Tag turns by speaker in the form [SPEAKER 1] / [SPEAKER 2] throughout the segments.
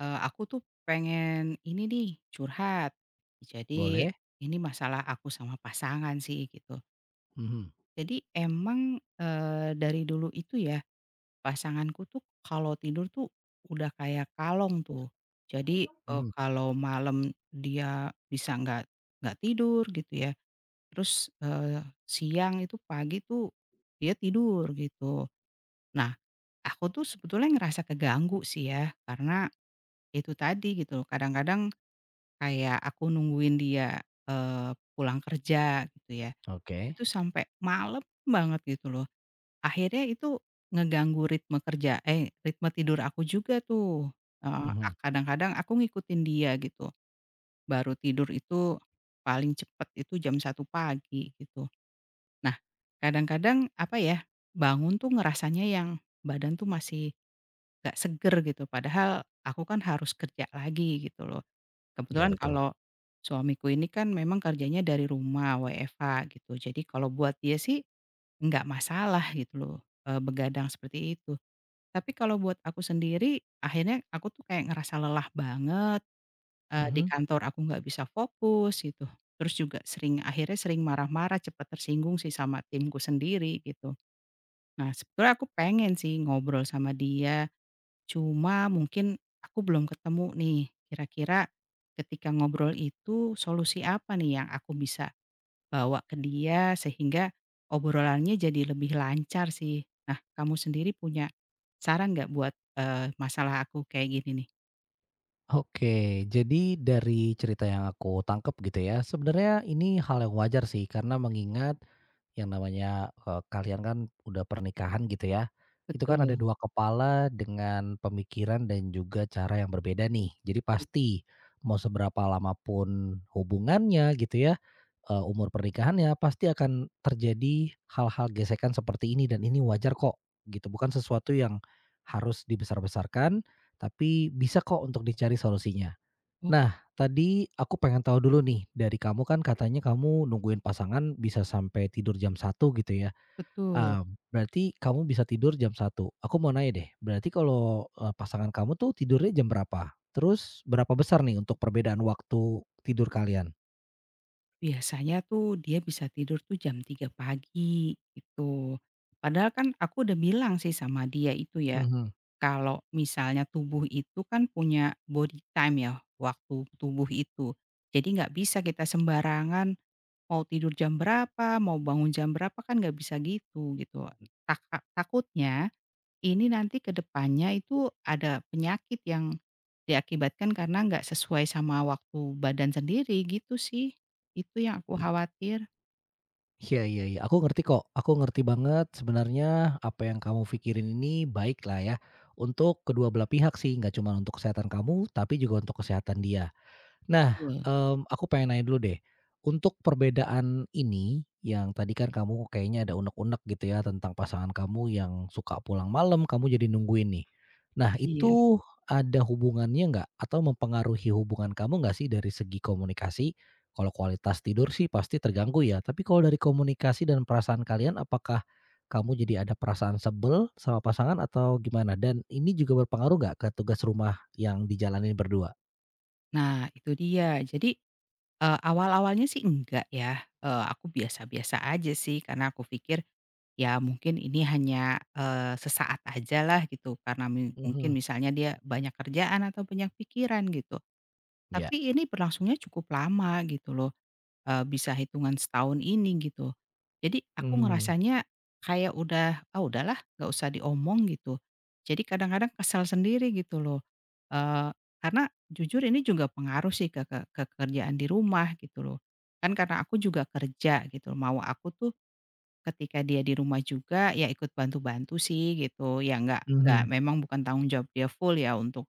[SPEAKER 1] Aku tuh pengen ini nih curhat. Jadi
[SPEAKER 2] Boleh,
[SPEAKER 1] ini masalah aku sama pasangan sih gitu.
[SPEAKER 2] mhm
[SPEAKER 1] Jadi emang, dari dulu itu ya pasanganku tuh kalau tidur tuh udah kayak kalong tuh. Jadi,
[SPEAKER 2] mhm,
[SPEAKER 1] kalau malam dia bisa nggak tidur gitu ya. Terus, siang itu pagi tuh dia tidur gitu. Nah, aku tuh sebetulnya ngerasa keganggu sih ya karena itu tadi gitu. Kadang-kadang kayak aku nungguin dia, pulang kerja gitu ya,
[SPEAKER 2] oke,
[SPEAKER 1] itu sampai malam banget gitu loh. Akhirnya itu ngeganggu ritme kerja eh, ritme tidur aku juga tuh, heeh,
[SPEAKER 2] mhm,
[SPEAKER 1] kadang-kadang aku ngikutin dia gitu, baru tidur itu paling cepet itu jam satu pagi gitu. Nah, kadang-kadang apa ya, bangun tuh ngerasanya yang badan tuh masih gak seger gitu, padahal aku kan harus kerja lagi gitu loh.
[SPEAKER 2] iya
[SPEAKER 1] Kebetulan
[SPEAKER 2] betul,
[SPEAKER 1] kalau suamiku ini kan memang kerjanya dari rumah, WFH gitu. Jadi kalau buat dia sih nggak masalah gitu loh, begadang seperti itu. Tapi kalau buat aku sendiri, akhirnya aku tuh kayak ngerasa lelah banget, di
[SPEAKER 2] mhm.
[SPEAKER 1] kantor aku nggak bisa fokus gitu. Terus juga sering akhirnya sering marah-marah, cepat tersinggung sih sama timku sendiri gitu. Nah sebetulnya aku pengen sih ngobrol sama dia. Cuma mungkin aku belum ketemu nih, kira-kira ketika ngobrol itu solusi apa nih yang aku bisa bawa ke dia sehingga obrolannya jadi lebih lancar sih. Nah, kamu sendiri punya saran nggak buat, masalah aku kayak gini nih?
[SPEAKER 2] Oke, jadi dari cerita yang aku tangkep gitu ya, sebenarnya ini hal yang wajar sih karena mengingat yang namanya, kalian kan udah pernikahan gitu ya, itu kan ada
[SPEAKER 1] Betul,
[SPEAKER 2] 2 kepala dengan pemikiran dan juga cara yang berbeda nih. Jadi
[SPEAKER 1] gitu.
[SPEAKER 2] pasti mau seberapa lama pun hubungannya gitu ya, umur pernikahannya pasti akan terjadi hal-hal gesekan seperti ini dan ini wajar kok gitu, bukan sesuatu yang harus dibesar-besarkan tapi bisa kok untuk dicari solusinya.
[SPEAKER 1] Oh,
[SPEAKER 2] Nah, tadi aku pengen tahu dulu nih, dari kamu kan katanya kamu nungguin pasangan bisa sampai tidur jam 1 gitu ya.
[SPEAKER 1] betul.
[SPEAKER 2] Ah, berarti kamu bisa tidur jam 1. Aku mau nanya deh, berarti kalau, pasangan kamu tuh tidurnya jam berapa? Terus berapa besar nih untuk perbedaan waktu tidur kalian?
[SPEAKER 1] Biasanya tuh dia bisa tidur tuh jam tiga pagi, gitu. Padahal kan aku udah bilang sih sama dia itu ya,
[SPEAKER 2] Mhm.
[SPEAKER 1] kalau misalnya tubuh itu kan punya body time ya, waktu tubuh itu. Jadi nggak bisa kita sembarangan mau tidur jam berapa, mau bangun jam berapa kan nggak bisa gitu, gitu. Tak Takutnya ini nanti ke depannya itu ada penyakit yang diakibatkan karena nggak sesuai sama waktu badan sendiri gitu sih. Itu yang aku khawatir.
[SPEAKER 2] Iya iya iya, aku ngerti kok, aku ngerti banget sebenarnya apa yang kamu pikirin ini baik lah ya, untuk kedua belah pihak sih, nggak cuma untuk kesehatan kamu, tapi juga untuk kesehatan dia. Nah,
[SPEAKER 1] Betul,
[SPEAKER 2] aku pengen nanya dulu deh, untuk perbedaan ini yang tadi kan kamu kayaknya ada unek-unek gitu ya tentang pasangan kamu yang suka pulang malam, kamu jadi nungguin nih. Nah
[SPEAKER 1] iya.
[SPEAKER 2] itu ada hubungannya nggak atau mempengaruhi hubungan kamu nggak sih dari segi komunikasi? Kalau kualitas tidur sih pasti terganggu ya, tapi kalau dari komunikasi dan perasaan kalian apakah kamu jadi ada perasaan sebel sama pasangan atau gimana? Dan ini juga berpengaruh nggak ke tugas rumah yang dijalanin berdua?
[SPEAKER 1] Nah itu dia. Jadi awal-awalnya sih enggak ya, aku biasa-biasa aja sih karena aku pikir ya mungkin ini hanya, sesaat aja lah gitu karena mungkin
[SPEAKER 2] Mhm,
[SPEAKER 1] misalnya dia banyak kerjaan atau banyak pikiran gitu.
[SPEAKER 2] iya.
[SPEAKER 1] Tapi ini berlangsungnya cukup lama gitu loh. Bisa hitungan setahun ini gitu. Jadi aku
[SPEAKER 2] Mhm
[SPEAKER 1] ngerasanya kayak udah, "Ah, udahlah nggak usah diomong," gitu. Jadi kadang-kadang kesal sendiri gitu loh, eee, karena jujur ini juga pengaruh sih ke ke kerjaan di rumah gitu loh. Kan karena aku juga kerja gitu, mau aku tuh ketika dia di rumah juga ya ikut bantu-bantu sih gitu, ya nggak
[SPEAKER 2] mhm,
[SPEAKER 1] memang bukan tanggung jawab dia full ya untuk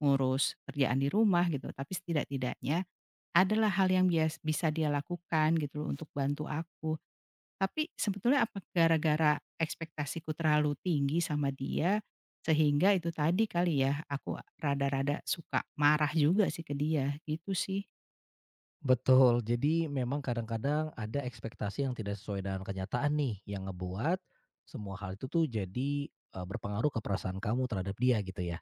[SPEAKER 1] ngurus kerjaan di rumah gitu, tapi setidak-tidaknya adalah hal yang bisa dia lakukan gitu loh untuk bantu aku. Tapi sebetulnya apa gara-gara ekspektasiku terlalu tinggi sama dia, sehingga itu tadi kali ya aku rada-rada suka marah juga sih ke dia, gitu sih.
[SPEAKER 2] betul. Jadi memang kadang-kadang ada ekspektasi yang tidak sesuai dengan kenyataan nih, yang ngebuat semua hal itu tuh jadi, berpengaruh ke perasaan kamu terhadap dia gitu ya.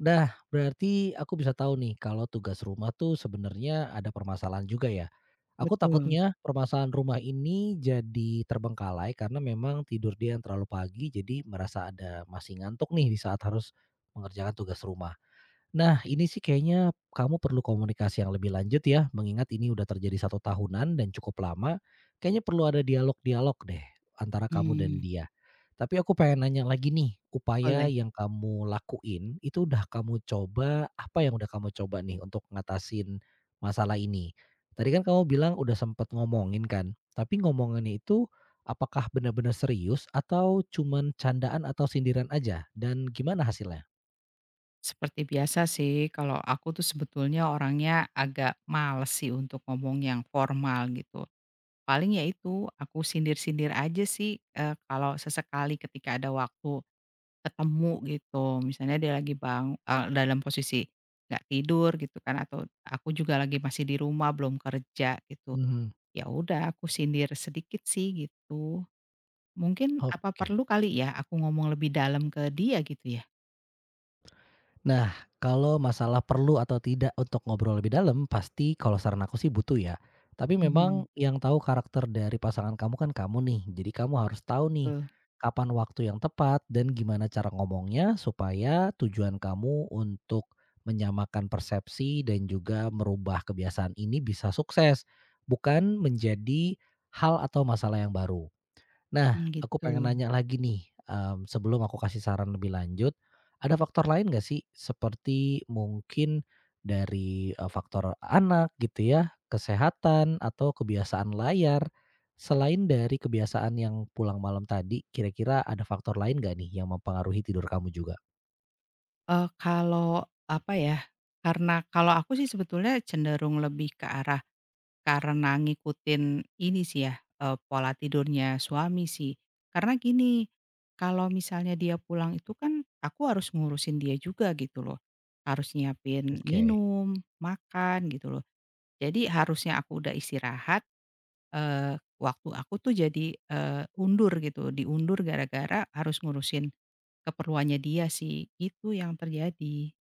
[SPEAKER 2] Nah, berarti aku bisa tahu nih kalau tugas rumah tuh sebenarnya ada permasalahan juga ya. Aku
[SPEAKER 1] Betul,
[SPEAKER 2] takutnya permasalahan rumah ini jadi terbengkalai karena memang tidur dia yang terlalu pagi, jadi merasa ada masih ngantuk nih di saat harus mengerjakan tugas rumah. Nah, ini sih kayaknya kamu perlu komunikasi yang lebih lanjut ya, mengingat ini udah terjadi satu tahunan dan cukup lama, kayaknya perlu ada dialog-dialog deh antara kamu dan
[SPEAKER 1] mmm,
[SPEAKER 2] dia. Tapi aku pengen nanya lagi nih, upaya
[SPEAKER 1] boleh.
[SPEAKER 2] yang kamu lakuin itu udah kamu coba apa yang udah kamu coba nih untuk ngatasin masalah ini? Tadi kan kamu bilang udah sempet ngomongin kan, tapi ngomongannya itu apakah benar-benar serius atau cuman candaan atau sindiran aja? Dan gimana hasilnya?
[SPEAKER 1] Seperti biasa sih kalau aku tuh sebetulnya orangnya agak males sih untuk ngomong yang formal gitu. Paling ya itu, aku sindir-sindir aja sih, kalau sesekali ketika ada waktu. Ketemu gitu, misalnya dia lagi dalam posisi nggak tidur gitu kan atau aku juga lagi masih di rumah belum kerja gitu,
[SPEAKER 2] Mhm,
[SPEAKER 1] ya udah aku sindir sedikit sih gitu. Mungkin apa
[SPEAKER 2] oke.
[SPEAKER 1] perlu kali ya aku ngomong lebih dalam ke dia gitu ya?
[SPEAKER 2] Nah, kalau masalah perlu atau tidak untuk ngobrol lebih dalam, pasti kalau saran aku sih butuh ya. Tapi
[SPEAKER 1] Mhm,
[SPEAKER 2] memang yang tahu karakter dari pasangan kamu kan kamu nih. Jadi kamu harus tahu nih
[SPEAKER 1] Eee,
[SPEAKER 2] kapan waktu yang tepat dan gimana cara ngomongnya supaya tujuan kamu untuk menyamakan persepsi dan juga merubah kebiasaan ini bisa sukses, bukan menjadi hal atau masalah yang baru. Nah, aku
[SPEAKER 1] gitu.
[SPEAKER 2] pengen nanya lagi nih, sebelum aku kasih saran lebih lanjut, ada faktor lain nggak sih? Seperti mungkin dari, faktor anak gitu ya, kesehatan atau kebiasaan layar. Selain dari kebiasaan yang pulang malam tadi, kira-kira ada faktor lain nggak nih yang mempengaruhi tidur kamu juga?
[SPEAKER 1] Kalau apa ya, karena kalau aku sih sebetulnya cenderung lebih ke arah karena ngikutin ini sih ya, pola tidurnya suami sih. Karena gini, kalau misalnya dia pulang itu kan aku harus ngurusin dia juga gitu loh. Harus nyiapin
[SPEAKER 2] Oke.
[SPEAKER 1] minum, makan gitu loh. Jadi harusnya aku udah istirahat, eee, waktu aku tuh jadi, eee, undur gitu, diundur gara-gara harus ngurusin keperluannya dia sih, itu yang terjadi,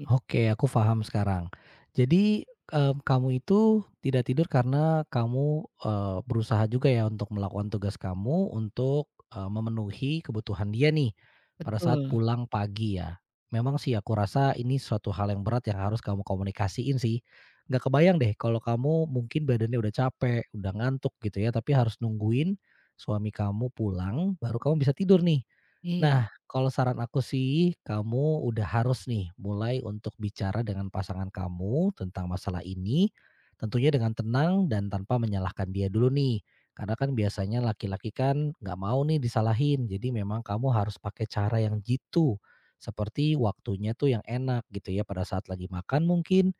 [SPEAKER 1] git
[SPEAKER 2] Oke, aku paham sekarang. Jadi, kamu itu tidak tidur karena kamu, berusaha juga ya untuk melakukan tugas kamu untuk, memenuhi kebutuhan dia nih pada saat
[SPEAKER 1] betul,
[SPEAKER 2] pulang pagi ya. Memang sih aku rasa ini suatu hal yang berat yang harus kamu komunikasiin sih. Nggak kebayang deh kalau kamu mungkin badannya udah capek, udah ngantuk gitu ya, tapi harus nungguin suami kamu pulang baru kamu bisa tidur nih.
[SPEAKER 1] iya,
[SPEAKER 2] Nah, kalau saran aku sih, kamu udah harus nih mulai untuk bicara dengan pasangan kamu tentang masalah ini, tentunya dengan tenang dan tanpa menyalahkan dia dulu nih. Karena kan biasanya laki-laki kan nggak mau nih disalahin, jadi memang kamu harus pakai cara yang jitu. Seperti waktunya tuh yang enak gitu ya pada saat lagi makan mungkin.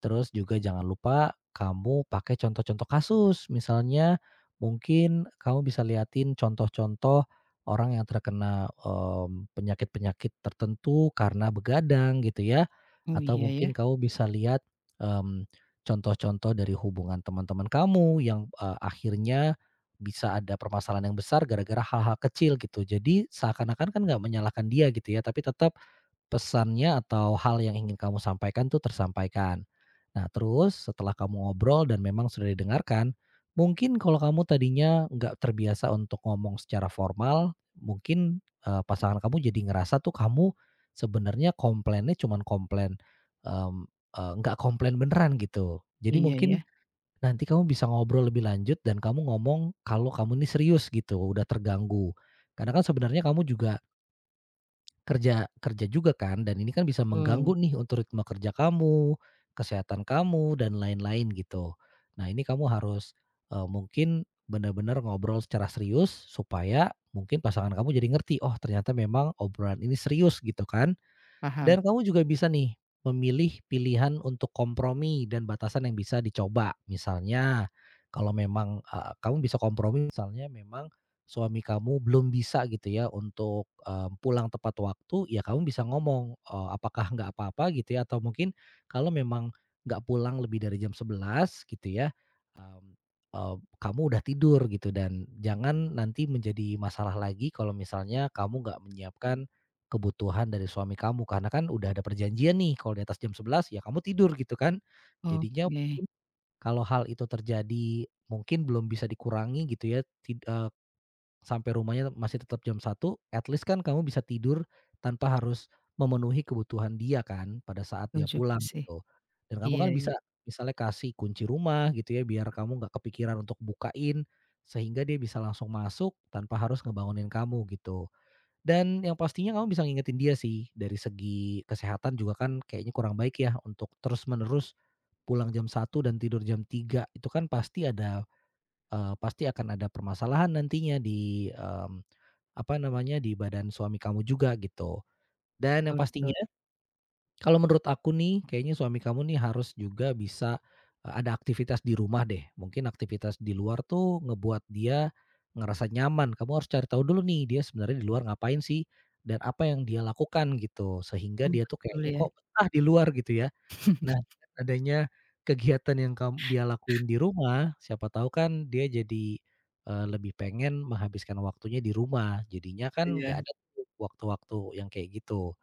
[SPEAKER 2] Terus juga jangan lupa kamu pakai contoh-contoh kasus, misalnya mungkin kamu bisa liatin contoh-contoh orang yang terkena, penyakit-penyakit tertentu karena begadang gitu ya,
[SPEAKER 1] oh
[SPEAKER 2] atau
[SPEAKER 1] iya ya,
[SPEAKER 2] mungkin kamu bisa lihat, mmm, contoh-contoh dari hubungan teman-teman kamu yang, akhirnya bisa ada permasalahan yang besar gara-gara hal-hal kecil gitu. Jadi seakan-akan kan nggak menyalahkan dia gitu ya, tapi tetap pesannya atau hal yang ingin kamu sampaikan tuh tersampaikan. Nah, terus setelah kamu ngobrol dan memang sudah didengarkan, mungkin kalau kamu tadinya nggak terbiasa untuk ngomong secara formal, mungkin, pasangan kamu jadi ngerasa tuh kamu sebenarnya komplainnya cuman komplain, mmm, nggak komplain beneran gitu. Jadi
[SPEAKER 1] iya ya,
[SPEAKER 2] mungkin nanti kamu bisa ngobrol lebih lanjut dan kamu ngomong kalau kamu ini serius gitu, udah terganggu. Karena kan sebenarnya kamu juga Kerja kerja juga kan dan ini kan bisa
[SPEAKER 1] betul,
[SPEAKER 2] mengganggu nih untuk ritme kerja kamu, kesehatan kamu, dan lain-lain gitu. Nah ini kamu harus, mungkin benar-benar ngobrol secara serius supaya mungkin pasangan kamu jadi ngerti, "Oh ternyata memang obrolan ini serius," gitu kan.
[SPEAKER 1] paham,
[SPEAKER 2] Dan kamu juga bisa nih memilih pilihan untuk kompromi dan batasan yang bisa dicoba. Misalnya kalau memang, kamu bisa kompromi misalnya memang suami kamu belum bisa gitu ya untuk, pulang tepat waktu, ya kamu bisa ngomong, apakah nggak apa-apa gitu ya atau mungkin kalau memang nggak pulang lebih dari jam 11 gitu ya, mmm, eee, kamu udah tidur gitu dan jangan nanti menjadi masalah lagi kalau misalnya kamu nggak menyiapkan kebutuhan dari suami kamu karena kan udah ada perjanjian nih kalau di atas jam 11 ya kamu tidur gitu kan. Jadinya
[SPEAKER 1] oke.
[SPEAKER 2] kalau hal itu terjadi mungkin belum bisa dikurangi gitu ya tid eee, sampai rumahnya masih tetap jam 1 at least kan kamu bisa tidur tanpa harus memenuhi kebutuhan dia kan pada saat
[SPEAKER 1] Betul
[SPEAKER 2] dia
[SPEAKER 1] juga
[SPEAKER 2] pulang
[SPEAKER 1] sih.
[SPEAKER 2] gitu. Dan kamu
[SPEAKER 1] Iya
[SPEAKER 2] kan
[SPEAKER 1] iya,
[SPEAKER 2] bisa misalnya kasih kunci rumah gitu ya biar kamu nggak kepikiran untuk bukain, sehingga dia bisa langsung masuk tanpa harus ngebangunin kamu gitu. Dan yang pastinya kamu bisa ngingetin dia sih, dari segi kesehatan juga kan kayaknya kurang baik ya untuk terus-menerus pulang jam 1 dan tidur jam 3 itu kan pasti akan ada permasalahan nantinya di, apa namanya, di badan suami kamu juga gitu. Dan yang
[SPEAKER 1] betul
[SPEAKER 2] pastinya
[SPEAKER 1] betul.
[SPEAKER 2] kalau menurut aku nih, kayaknya suami kamu nih harus juga bisa, ada aktivitas di rumah deh. Mungkin aktivitas di luar tuh ngebuat dia ngerasa nyaman. Kamu harus cari tahu dulu nih, dia sebenarnya di luar ngapain sih? Dan apa yang dia lakukan gitu, sehingga
[SPEAKER 1] Oh,
[SPEAKER 2] dia tuh
[SPEAKER 1] betul
[SPEAKER 2] kayaknya
[SPEAKER 1] ya.
[SPEAKER 2] kok betah di luar gitu ya. Nah, dengan adanya kegiatan yang dia lakuin di rumah, siapa tahu kan dia jadi, lebih pengen menghabiskan waktunya di rumah. Jadinya kan
[SPEAKER 1] Iya
[SPEAKER 2] nggak ada tuh waktu-waktu yang kayak gitu.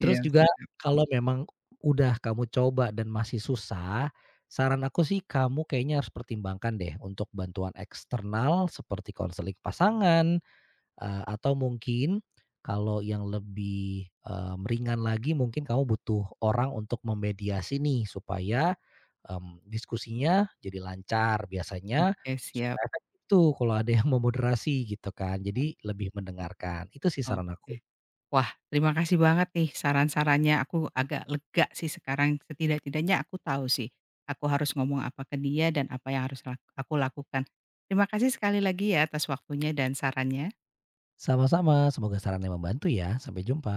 [SPEAKER 2] Terus
[SPEAKER 1] iya
[SPEAKER 2] juga
[SPEAKER 1] sih.
[SPEAKER 2] kalau memang udah kamu coba dan masih susah, saran aku sih kamu kayaknya harus pertimbangkan deh untuk bantuan eksternal seperti konseling pasangan, atau mungkin kalau yang lebih, ringan lagi mungkin kamu butuh orang untuk memediasi nih supaya, diskusinya jadi lancar biasanya
[SPEAKER 1] Oke, siap.
[SPEAKER 2] supaya efektif tuh kalau ada yang memoderasi gitu kan, jadi lebih mendengarkan. Itu sih saran aku.
[SPEAKER 1] Oke. Wah, terima kasih banget nih saran-sarannya, aku agak lega sih sekarang, setidak-tidaknya aku tahu sih, aku harus ngomong apa ke dia dan apa yang harus aku lakukan. Terima kasih sekali lagi ya atas waktunya dan sarannya.
[SPEAKER 2] Sama-sama, semoga sarannya membantu ya. Sampai jumpa.